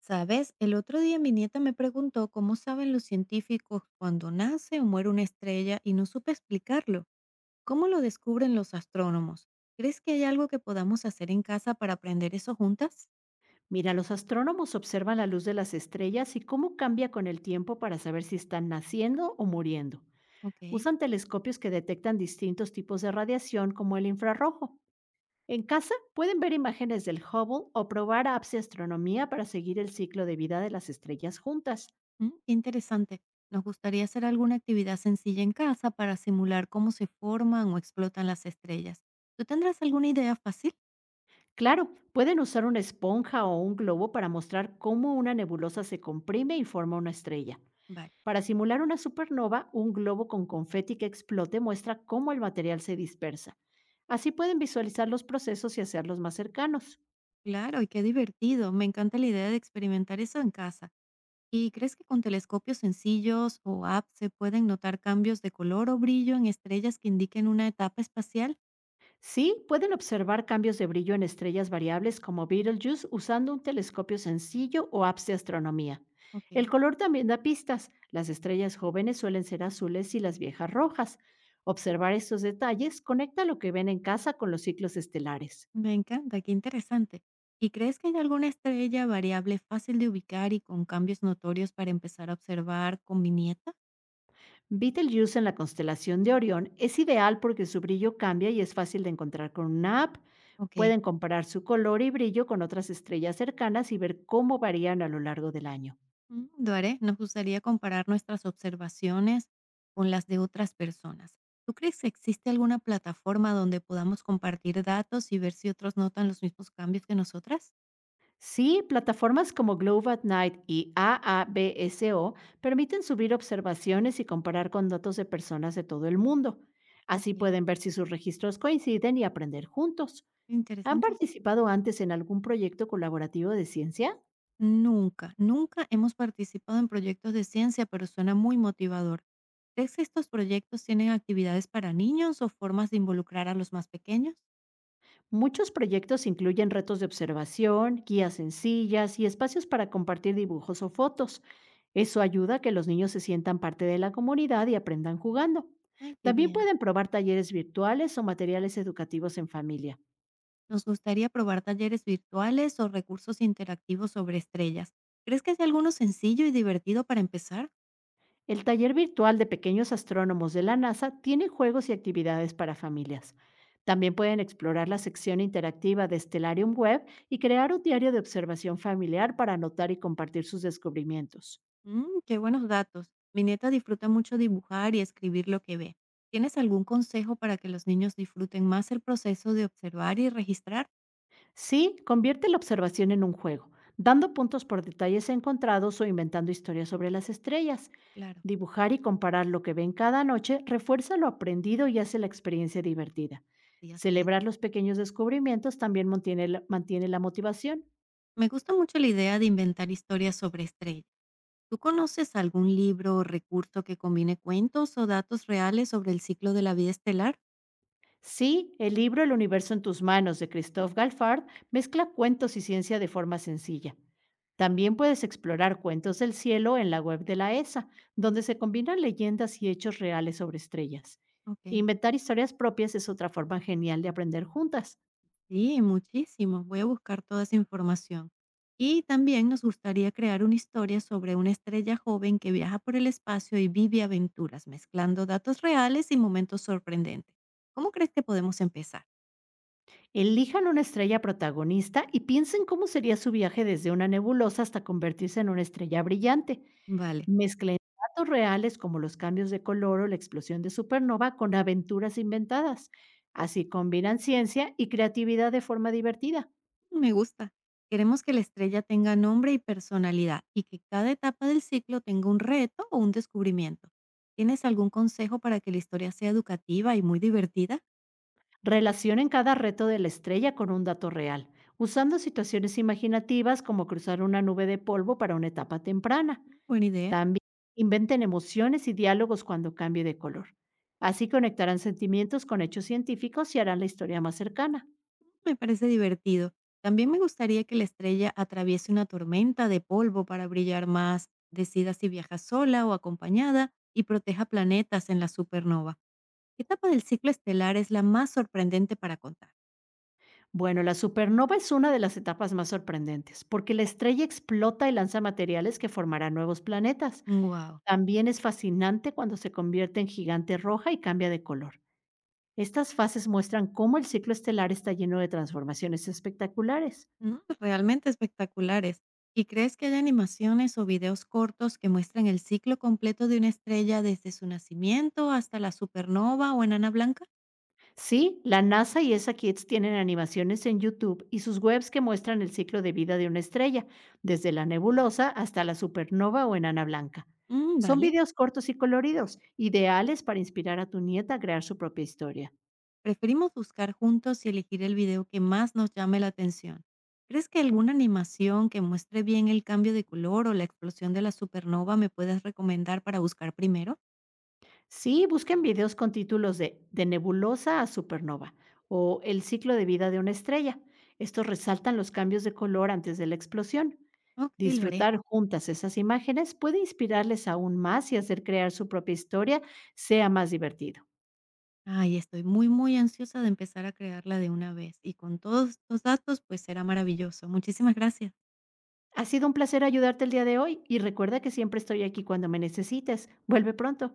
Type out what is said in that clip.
¿Sabes? El otro día mi nieta me preguntó cómo saben los científicos cuando nace o muere una estrella y no supe explicarlo. ¿Cómo lo descubren los astrónomos? ¿Crees que hay algo que podamos hacer en casa para aprender eso juntas? Mira, los astrónomos observan la luz de las estrellas y cómo cambia con el tiempo para saber si están naciendo o muriendo. Ok. Usan telescopios que detectan distintos tipos de radiación como el infrarrojo. En casa pueden ver imágenes del Hubble o probar apps de astronomía para seguir el ciclo de vida de las estrellas juntas. Qué interesante. Nos gustaría hacer alguna actividad sencilla en casa para simular cómo se forman o explotan las estrellas. ¿Tú tendrás alguna idea fácil? Claro, pueden usar una esponja o un globo para mostrar cómo una nebulosa se comprime y forma una estrella. Vale. Para simular una supernova, un globo con confeti que explote muestra cómo el material se dispersa. Así pueden visualizar los procesos y hacerlos más cercanos. Claro, y qué divertido. Me encanta la idea de experimentar eso en casa. ¿Y crees que con telescopios sencillos o apps se pueden notar cambios de color o brillo en estrellas que indiquen una etapa espacial? Sí, pueden observar cambios de brillo en estrellas variables como Betelgeuse usando un telescopio sencillo o apps de astronomía. Ok. El color también da pistas. Las estrellas jóvenes suelen ser azules y las viejas rojas. Observar estos detalles conecta lo que ven en casa con los ciclos estelares. Me encanta, qué interesante. ¿Y crees que hay alguna estrella variable fácil de ubicar y con cambios notorios para empezar a observar con viñeta? Betelgeuse en la constelación de Orión es ideal porque su brillo cambia y es fácil de encontrar con una app. Ok. Pueden comparar su color y brillo con otras estrellas cercanas y ver cómo varían a lo largo del año. Mm, lo haré. Nos gustaría comparar nuestras observaciones con las de otras personas. ¿Tú crees que existe alguna plataforma donde podamos compartir datos y ver si otros notan los mismos cambios que nosotras? Sí, plataformas como Globe at Night y AABSO permiten subir observaciones y comparar con datos de personas de todo el mundo. Así Ok. pueden ver si sus registros coinciden y aprender juntos. ¿Han Interesante. participado antes en algún proyecto colaborativo de ciencia? Nunca, nunca hemos participado en proyectos de ciencia, pero suena muy motivador. ¿Crees que estos proyectos tienen actividades para niños o formas de involucrar a los más pequeños? Muchos proyectos incluyen retos de observación, guías sencillas y espacios para compartir dibujos o fotos. Eso ayuda a que los niños se sientan parte de la comunidad y aprendan jugando. Ay, qué También bien. pueden probar talleres virtuales o materiales educativos en familia. Nos gustaría probar talleres virtuales o recursos interactivos sobre estrellas. ¿Crees que hay alguno sencillo y divertido para empezar? El taller virtual de pequeños astrónomos de la NASA tiene juegos y actividades para familias. También pueden explorar la sección interactiva de Stellarium Web y crear un diario de observación familiar para anotar y compartir sus descubrimientos. Qué buenos datos. Mi nieta disfruta mucho dibujar y escribir lo que ve. ¿Tienes algún consejo para que los niños disfruten más el proceso de observar y registrar? Sí, convierte la observación en un juego, dando puntos por detalles encontrados o inventando historias sobre las estrellas. Claro, Dibujar y comparar lo que ven cada noche refuerza lo aprendido y hace la experiencia divertida. sí, así es. Celebrar los pequeños descubrimientos también mantiene la motivación. Me gusta mucho la idea de inventar historias sobre estrellas. ¿Tú conoces algún libro o recurso que combine cuentos o datos reales sobre el ciclo de la vida estelar? Sí, el libro El universo en tus manos de Christophe Galfard mezcla cuentos y ciencia de forma sencilla. También puedes explorar cuentos del cielo en la web de la ESA, donde se combinan leyendas y hechos reales sobre estrellas. Ok, Inventar historias propias es otra forma genial de aprender juntas. sí, muchísimo. Voy a buscar toda esa información. Y también nos gustaría crear una historia sobre una estrella joven que viaja por el espacio y vive aventuras, mezclando datos reales y momentos sorprendentes. ¿Cómo crees que podemos empezar? Elijan una estrella protagonista y piensen cómo sería su viaje desde una nebulosa hasta convertirse en una estrella brillante. Vale. Mezclen datos reales como los cambios de color o la explosión de supernova con aventuras inventadas. Así combinan ciencia y creatividad de forma divertida. Me gusta. Queremos que la estrella tenga nombre y personalidad y que cada etapa del ciclo tenga un reto o un descubrimiento. ¿Tienes algún consejo para que la historia sea educativa y muy divertida? Relacionen cada reto de la estrella con un dato real, usando situaciones imaginativas como cruzar una nube de polvo para una etapa temprana. Buena idea. También inventen emociones y diálogos cuando cambie de color. Así conectarán sentimientos con hechos científicos y harán la historia más cercana. Me parece divertido. También me gustaría que la estrella atraviese una tormenta de polvo para brillar más, decida si viaja sola o acompañada y proteja planetas en la supernova. ¿Qué etapa del ciclo estelar es la más sorprendente para contar? Bueno, la supernova es una de las etapas más sorprendentes, porque la estrella explota y lanza materiales que formarán nuevos planetas. Wow. También es fascinante cuando se convierte en gigante roja y cambia de color. Estas fases muestran cómo el ciclo estelar está lleno de transformaciones espectaculares. Realmente espectaculares. ¿Y crees que hay animaciones o videos cortos que muestren el ciclo completo de una estrella desde su nacimiento hasta la supernova o enana blanca? Sí, la NASA y ESA Kids tienen animaciones en YouTube y sus webs que muestran el ciclo de vida de una estrella, desde la nebulosa hasta la supernova o enana blanca. Mm, Son vale. videos cortos y coloridos, ideales para inspirar a tu nieta a crear su propia historia. Preferimos buscar juntos y elegir el video que más nos llame la atención. ¿Crees que alguna animación que muestre bien el cambio de color o la explosión de la supernova me puedas recomendar para buscar primero? Sí, busquen videos con títulos de nebulosa a supernova o El ciclo de vida de una estrella. Estos resaltan los cambios de color antes de la explosión. Ok, lo haré. Disfrutar juntas esas imágenes puede inspirarles aún más y hacer crear su propia historia sea más divertido. Ay, estoy muy, muy ansiosa de empezar a crearla de una vez. Y con todos estos datos, pues será maravilloso. Muchísimas gracias. Ha sido un placer ayudarte el día de hoy y recuerda que siempre estoy aquí cuando me necesites. Vuelve pronto.